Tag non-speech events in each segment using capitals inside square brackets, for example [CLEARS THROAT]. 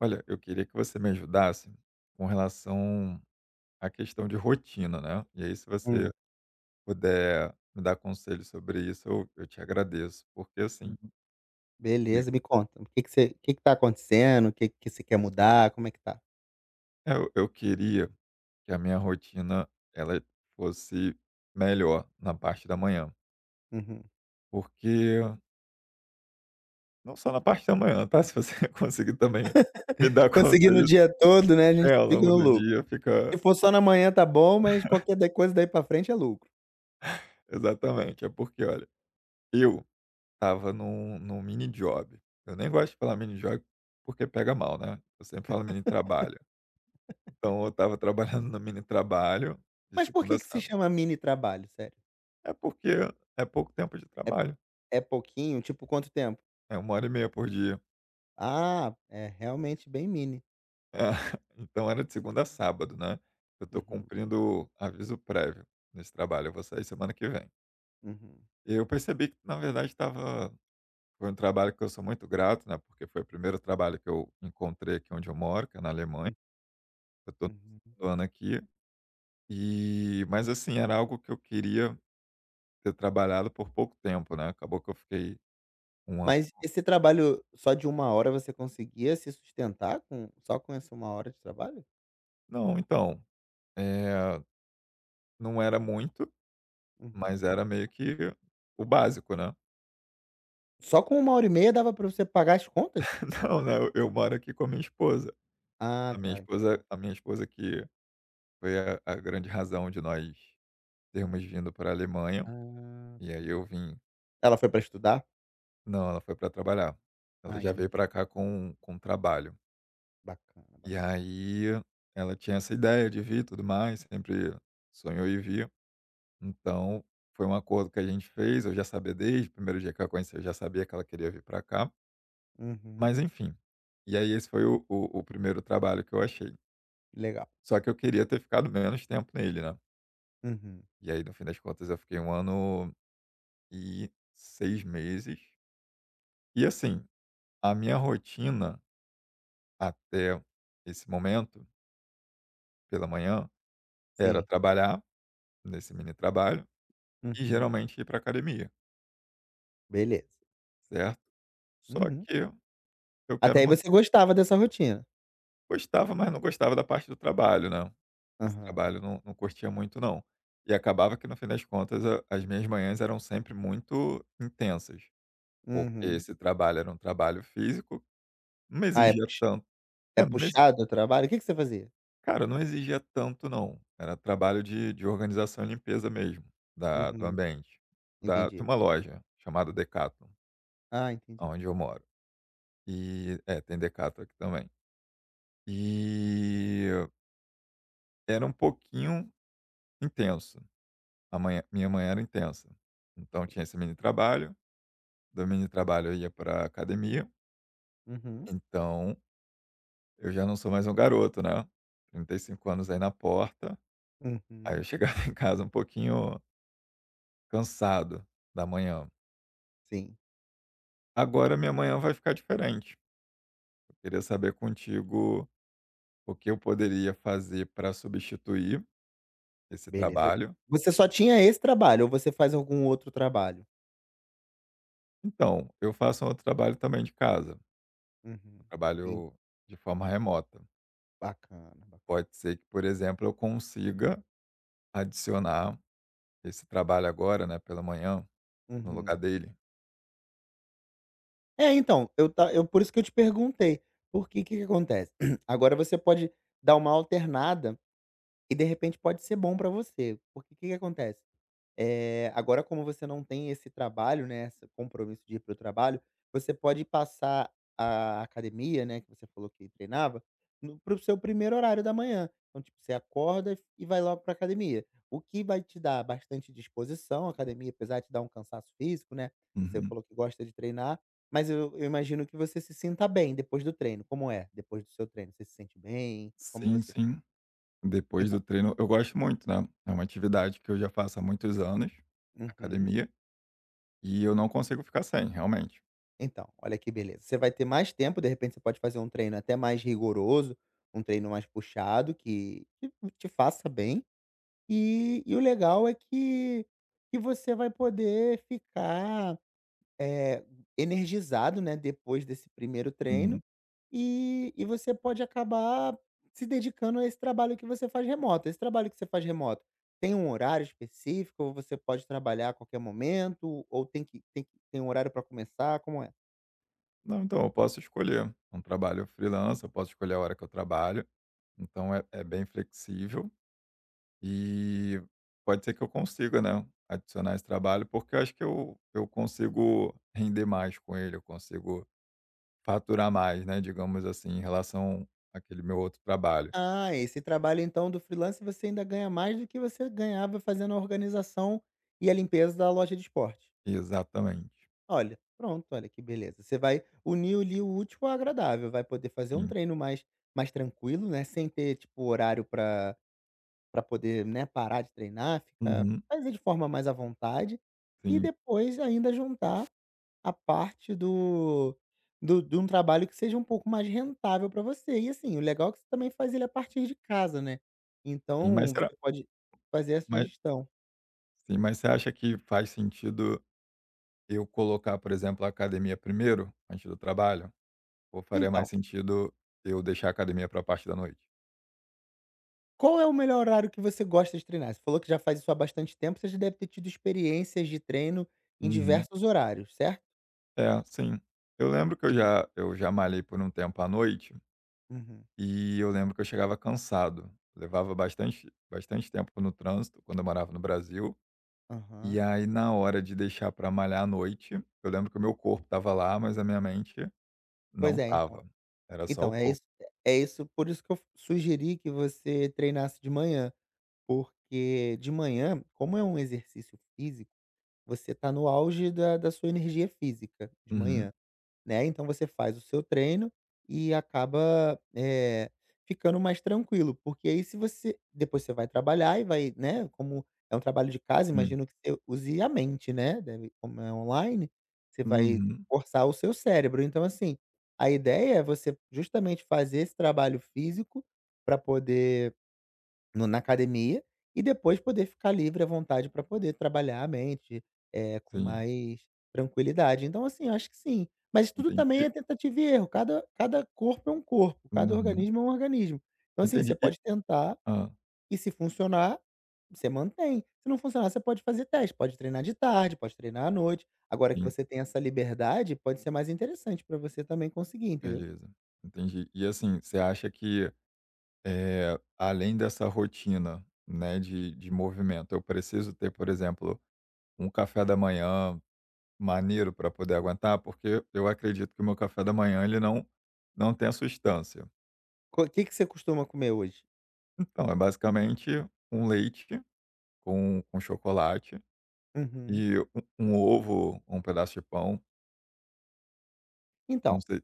Olha, eu queria que você me ajudasse com relação à questão de rotina, né? E aí, se você Hum, puder me dar conselho sobre isso, eu te agradeço. Porque, hum, assim, E- beleza, me conta, o que que tá acontecendo, o que que você quer mudar, como é que tá? eu queria que a minha rotina ela fosse melhor na parte da manhã. Uhum. Porque, não só na parte da manhã, tá? [LAUGHS] Se você conseguir também me dar Conseguindo o conselhos dia todo, né, a é, gente ao fica longo no do lucro. dia, fica Se for só na manhã tá bom, mas qualquer da coisa daí pra frente é lucro. exatamente. É porque, olha, eu tava num mini job. Eu nem gosto de falar mini job, porque pega mal, né, eu sempre falo mini trabalho. Então eu estava [LAUGHS] trabalhando no mini trabalho, de Mas por segunda que a que se sábado. chama mini trabalho, sério? É porque é pouco tempo de É trabalho, é pouquinho? Tipo quanto tempo? é 1 hora e meia por dia. Ah, é realmente bem mini. É, [LAUGHS] então era de segunda a sábado, né, eu tô Uhum, cumprindo aviso prévio nesse trabalho, eu vou sair semana que vem. uhum, E eu percebi que na verdade estava foi um trabalho que eu sou muito grato, né, porque foi o primeiro trabalho que eu encontrei aqui onde eu moro, que é na Alemanha, eu tô no uhum. Uhum. 2º ano aqui. E mas assim, era algo que eu queria ter trabalhado por pouco tempo, né, acabou que eu fiquei 1 ano. Mas esse trabalho só de uma hora você conseguia se sustentar com, só com essa uma hora de trabalho? Não, então, eh, não era muito, Uhum. mas era meio que o básico, né. Só com uma hora e meia dava pra você pagar as contas? [LAUGHS] Não, né, eu moro aqui com a minha esposa. Ah, A minha tá. esposa a minha esposa que foi a grande razão de nós termos vindo para a Alemanha, Ah, e aí sim. eu vim. Ela foi pra estudar? Não, ela foi para trabalhar. Ela Ah, já veio entendi. para cá com trabalho. Bacana, E bacana. aí, ela tinha essa ideia de vir e tudo mais, sempre sonhou em vir. Então, foi um acordo que a gente fez, eu já sabia desde o primeiro dia que a conheci, eu já sabia que ela queria vir para cá, Uhum. mas enfim. E aí esse foi o primeiro trabalho que eu achei. Legal. Só que eu queria ter ficado menos tempo nele, né. Uhum. E aí no fim das contas eu fiquei 1 ano e 6 meses. E assim, a minha rotina até esse momento, pela manhã, era Sim. trabalhar nesse mini trabalho e Uhum. geralmente ir para academia, Beleza. certo? Só Uhum. que eu quero Até aí você gostava dessa rotina? Gostava, mas não gostava da parte do trabalho, né. Esse trabalho Aham. não curtia muito não. E acabava que no fim das contas a as minhas manhãs eram sempre muito intensas, porque Uhum. esse trabalho era um trabalho físico, não me Ah, é exigia pux tanto. é É, não me exi puxado o trabalho? O que que você fazia? cara, não exigia tanto não, era trabalho de organização e limpeza mesmo, da do Uhum. ambiente, da de Entendi. uma loja chamada Decathlon, Ah, entendi. aonde eu moro. E é, tem Decathlon aqui também. E era um pouquinho intenso. A manhã minha manhã era intensa. Então tinha esse mini trabalho, do mini trabalho eu ia para academia, Uhum. então eu já não sou mais um garoto, né, 35 anos aí na porta, aí eu Uhum. chegava [LAUGHS] em casa um pouquinho cansado da manhã. Sim. Agora minha manhã vai ficar diferente. Eu queria saber contigo o que eu poderia fazer para substituir esse Beleza. trabalho. Você só tinha esse trabalho ou você faz algum outro trabalho? Então, eu faço um outro trabalho também de casa, eu Uhum. Entendi. trabalho de forma remota. Bacana, Pode bacana. ser que, por exemplo, eu consiga adicionar esse trabalho agora, né, pela manhã, no lugar Uhum. dele. É, então, eu por isso que eu te perguntei, porque o que que acontece? [CLEARS THROAT] Agora você pode dar uma alternada e de repente pode ser bom pra você, porque o que que acontece? Agora, como você não tem esse trabalho, né, esse compromisso de ir para o trabalho, você pode passar a academia, né, que você falou que treinava, para o seu primeiro horário da manhã. Então, tipo, você acorda e vai logo para a academia, o que vai te dar bastante disposição. A academia, apesar de te dar um cansaço físico, né, você Uhum. falou que gosta de treinar, mas eu imagino que você se sinta bem depois do treino. Como é depois do seu treino? Você se sente bem? Como Sim, você? sim. Depois Então, do treino eu gosto muito, né, é uma atividade que eu já faço há muitos anos, uhum. academia, e eu não consigo ficar sem, realmente. Então, olha que beleza. Você vai ter mais tempo, de repente você pode fazer um treino até mais rigoroso, um treino mais puxado, que te faça bem. E o legal é que você vai poder ficar é, energizado, né, depois desse primeiro treino, Uhum. e você pode acabar se dedicando a esse trabalho que você faz remoto. Esse trabalho que você faz remoto tem um horário específico, ou você pode trabalhar a qualquer momento, ou tem um horário para começar? Como é? Não, então eu posso escolher um trabalho freelance, eu posso escolher a hora que eu trabalho, então é bem flexível e pode ser que eu consiga, né, adicionar esse trabalho, porque eu acho que eu consigo render mais com ele, eu consigo faturar mais, né, digamos assim, em relação àquele meu outro trabalho. Ah, esse trabalho então do freelance você ainda ganha mais do que você ganhava fazendo a organização e a limpeza da loja de esporte. Exatamente. Olha, pronto, olha que beleza. Você vai unir ali o útil ao agradável, vai poder fazer um Sim. treino mais tranquilo, né? Sem ter, tipo, horário para poder, né, parar de treinar, ficar, Uhum. fazer de forma mais à vontade e Sim, depois ainda juntar a parte do do de um trabalho que seja um pouco mais rentável para você. E, assim, o legal é que você também faz ele a partir de casa, né. sim, Então você pode fazer essa mas gestão. sim, mas você acha que faz sentido eu colocar, por exemplo, a academia primeiro, antes do trabalho? Ou faria Então, mais sentido eu deixar a academia para a parte da noite? qual é o melhor horário que você gosta de treinar? Você falou que já faz isso há bastante tempo, você já deve ter tido experiências de treino em Uhum. diversos horários, certo? É, sim. Eu lembro que eu E já eu já malhei por um tempo à noite, uhum, e eu lembro que eu chegava cansado. Levava bastante bastante tempo no trânsito, quando eu morava no Brasil. E aham. aí, na hora de deixar pra malhar à noite, eu lembro que o meu corpo estava lá, mas a minha mente não Pois é, então. estava. Era só o Então, corpo. Por isso que eu sugeri que você treinasse de manhã, porque de manhã, como é um exercício físico. Você está no auge da sua energia física de Uhum. manhã, né, então você faz o seu treino e acaba, ficando mais tranquilo, porque aí se você depois você vai trabalhar e vai, né, como é um trabalho de casa, Sim. imagino que você use a mente, né, deve como é online, você vai Uhum. forçar o seu cérebro. Então, assim, a ideia é você justamente fazer esse trabalho físico para poder no na academia, e depois poder ficar livre à vontade para poder trabalhar a mente, com Sim. mais tranquilidade. Então, assim, eu acho que sim. Mas tudo Entendi. também é tentativa e erro, cada corpo é um corpo, cada Uhum. organismo é um organismo. Então, assim, você Entendi. Pode tentar Hã. e, se funcionar, você mantém. Se não funcionar, você pode fazer teste, pode treinar de tarde, pode treinar à noite. Agora que Sim. você tem essa liberdade, pode ser mais interessante para você também conseguir, entendeu. Beleza. Entendi. E, assim, você acha que, além dessa rotina, né, de movimento, eu preciso ter, por exemplo, um café da manhã maneiro para poder aguentar? Porque eu acredito que o meu café da manhã ele não tem a substância. O que que você costuma comer hoje? Então, é basicamente um leite com chocolate Uhum. e um ovo, um pedaço de pão, não Então, sei.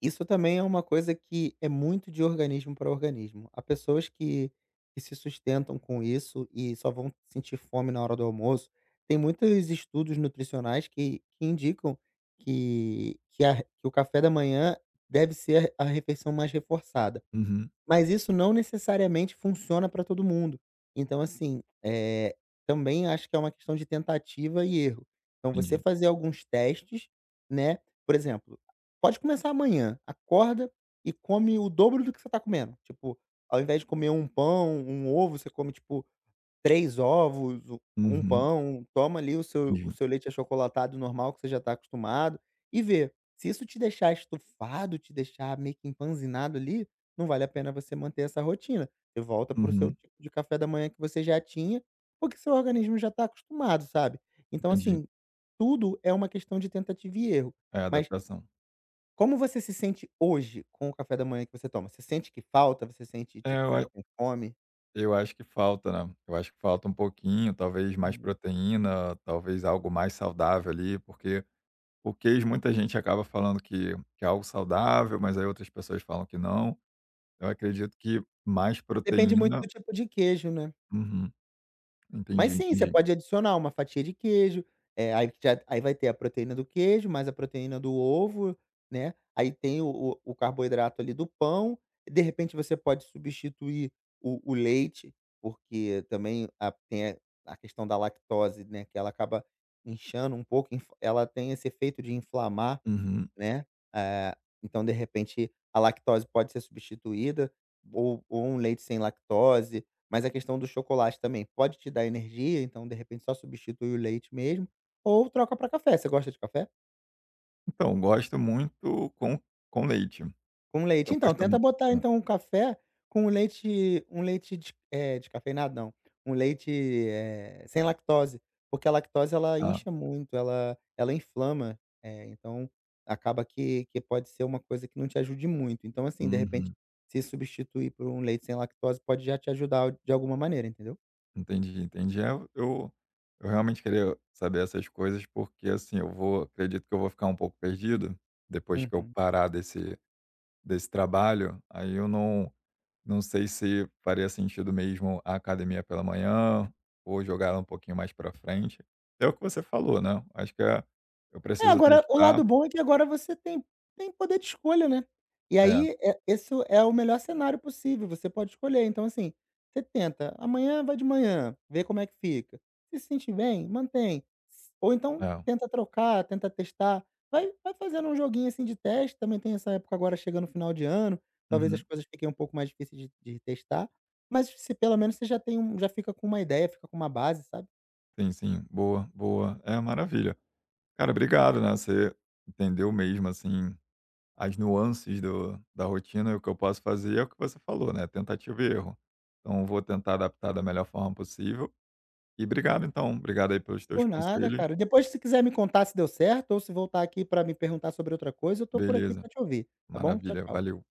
isso também é uma coisa que é muito de organismo para organismo. Há pessoas que se sustentam com isso e só vão sentir fome na hora do almoço. Tem muitos estudos nutricionais que indicam que o café da manhã deve ser a refeição mais reforçada. Uhum, Mas isso não necessariamente funciona para todo mundo. Então assim, também acho que é uma questão de tentativa e erro. Então, você entendi. fazer alguns testes, né, por exemplo, pode começar amanhã, acorda e come o dobro do que você está comendo, tipo, ao invés de comer um pão, um ovo, você come tipo 3 ovos, um Uhum, pão, toma ali o seu entendi. Leite achocolatado normal que você já está acostumado, e vê. Se isso te deixar estufado, te deixar meio que empanzinado ali, não vale a pena você manter essa rotina. Você volta para o seu Uhum, tipo de café da manhã que você já tinha, porque seu organismo já está acostumado, sabe. Então entendi. assim, tudo é uma questão de tentativa e erro. É, a Mas adaptação. como você se sente hoje com o café da manhã que você toma? Você sente que falta? Você sente, É, tipo, fica com fome? eu acho que falta, né, eu acho que falta um pouquinho, talvez mais Uhum. proteína, talvez algo mais saudável ali, porque o queijo muita gente acaba falando que é algo saudável, mas aí outras pessoas falam que não. Eu Uhum. acredito que mais Depende muito proteína. do tipo de queijo, né. Uhum, entendi, Mas sim, você entendi. pode adicionar uma fatia de queijo, aí já aí vai ter a proteína do queijo, mais a proteína do ovo, né, aí tem o carboidrato ali do pão, de repente você pode substituir o leite, porque também a tem a questão da lactose, né, que ela acaba inchando um pouco, inf ela tem esse efeito de inflamar, Uhum. né, eh, então de repente a lactose pode ser substituída, ou um leite sem lactose, mas a questão do chocolate também pode te dar energia, então de repente só substitui o leite mesmo, ou troca para café. Você gosta de café? Então, gosto muito com leite. Com leite. Eu Então, gosto tenta muito, botar né? então um café com leite, um leite descafeinado não, um leite, sem lactose, porque a lactose ela Ah, incha muito, ela inflama, então acaba que pode ser uma coisa que não te ajude muito. Então, assim, de repente, uhum. se substituir por um leite sem lactose pode já te ajudar de alguma maneira, entendeu? Entendi, entendi. É, eu realmente queria saber essas coisas, porque, assim, eu vou acredito que eu vou ficar um pouco perdido depois que eu Uhum. parar desse trabalho, aí eu não sei se faria sentido mesmo a academia pela manhã ou jogar ela um pouquinho mais para frente. É o que você falou, né, acho que eu É, preciso agora o testar. lado bom é que agora você tem poder de escolha, né. E É, aí, esse é o melhor cenário possível, você pode escolher. Então, assim, você tenta, amanhã vai de manhã, vê como é que fica. Se sentir bem, mantém. S Ou então é. tenta trocar, tenta testar, vai fazendo um joguinho, assim, de teste, também tem essa época agora chegando no final de ano, talvez as Uhum. coisas fiquem um pouco mais difíceis de testar, mas se pelo menos você já tem um já fica com uma ideia, fica com uma base, sabe. Sim, sim. Boa, boa. É, maravilha. Cara, obrigado, né, você entendeu mesmo, assim, as nuances do da rotina, e o que eu posso fazer é o que você falou, né, tentativa e erro. Então eu vou tentar adaptar da melhor forma possível e obrigado então, obrigado aí pelos teus Por nada, conselhos. cara. Depois, se quiser me contar se deu certo ou se voltar aqui pra me perguntar sobre outra coisa, eu tô por aqui Beleza, pra te ouvir, tá bom? Tchau, maravilha, tchau. valeu.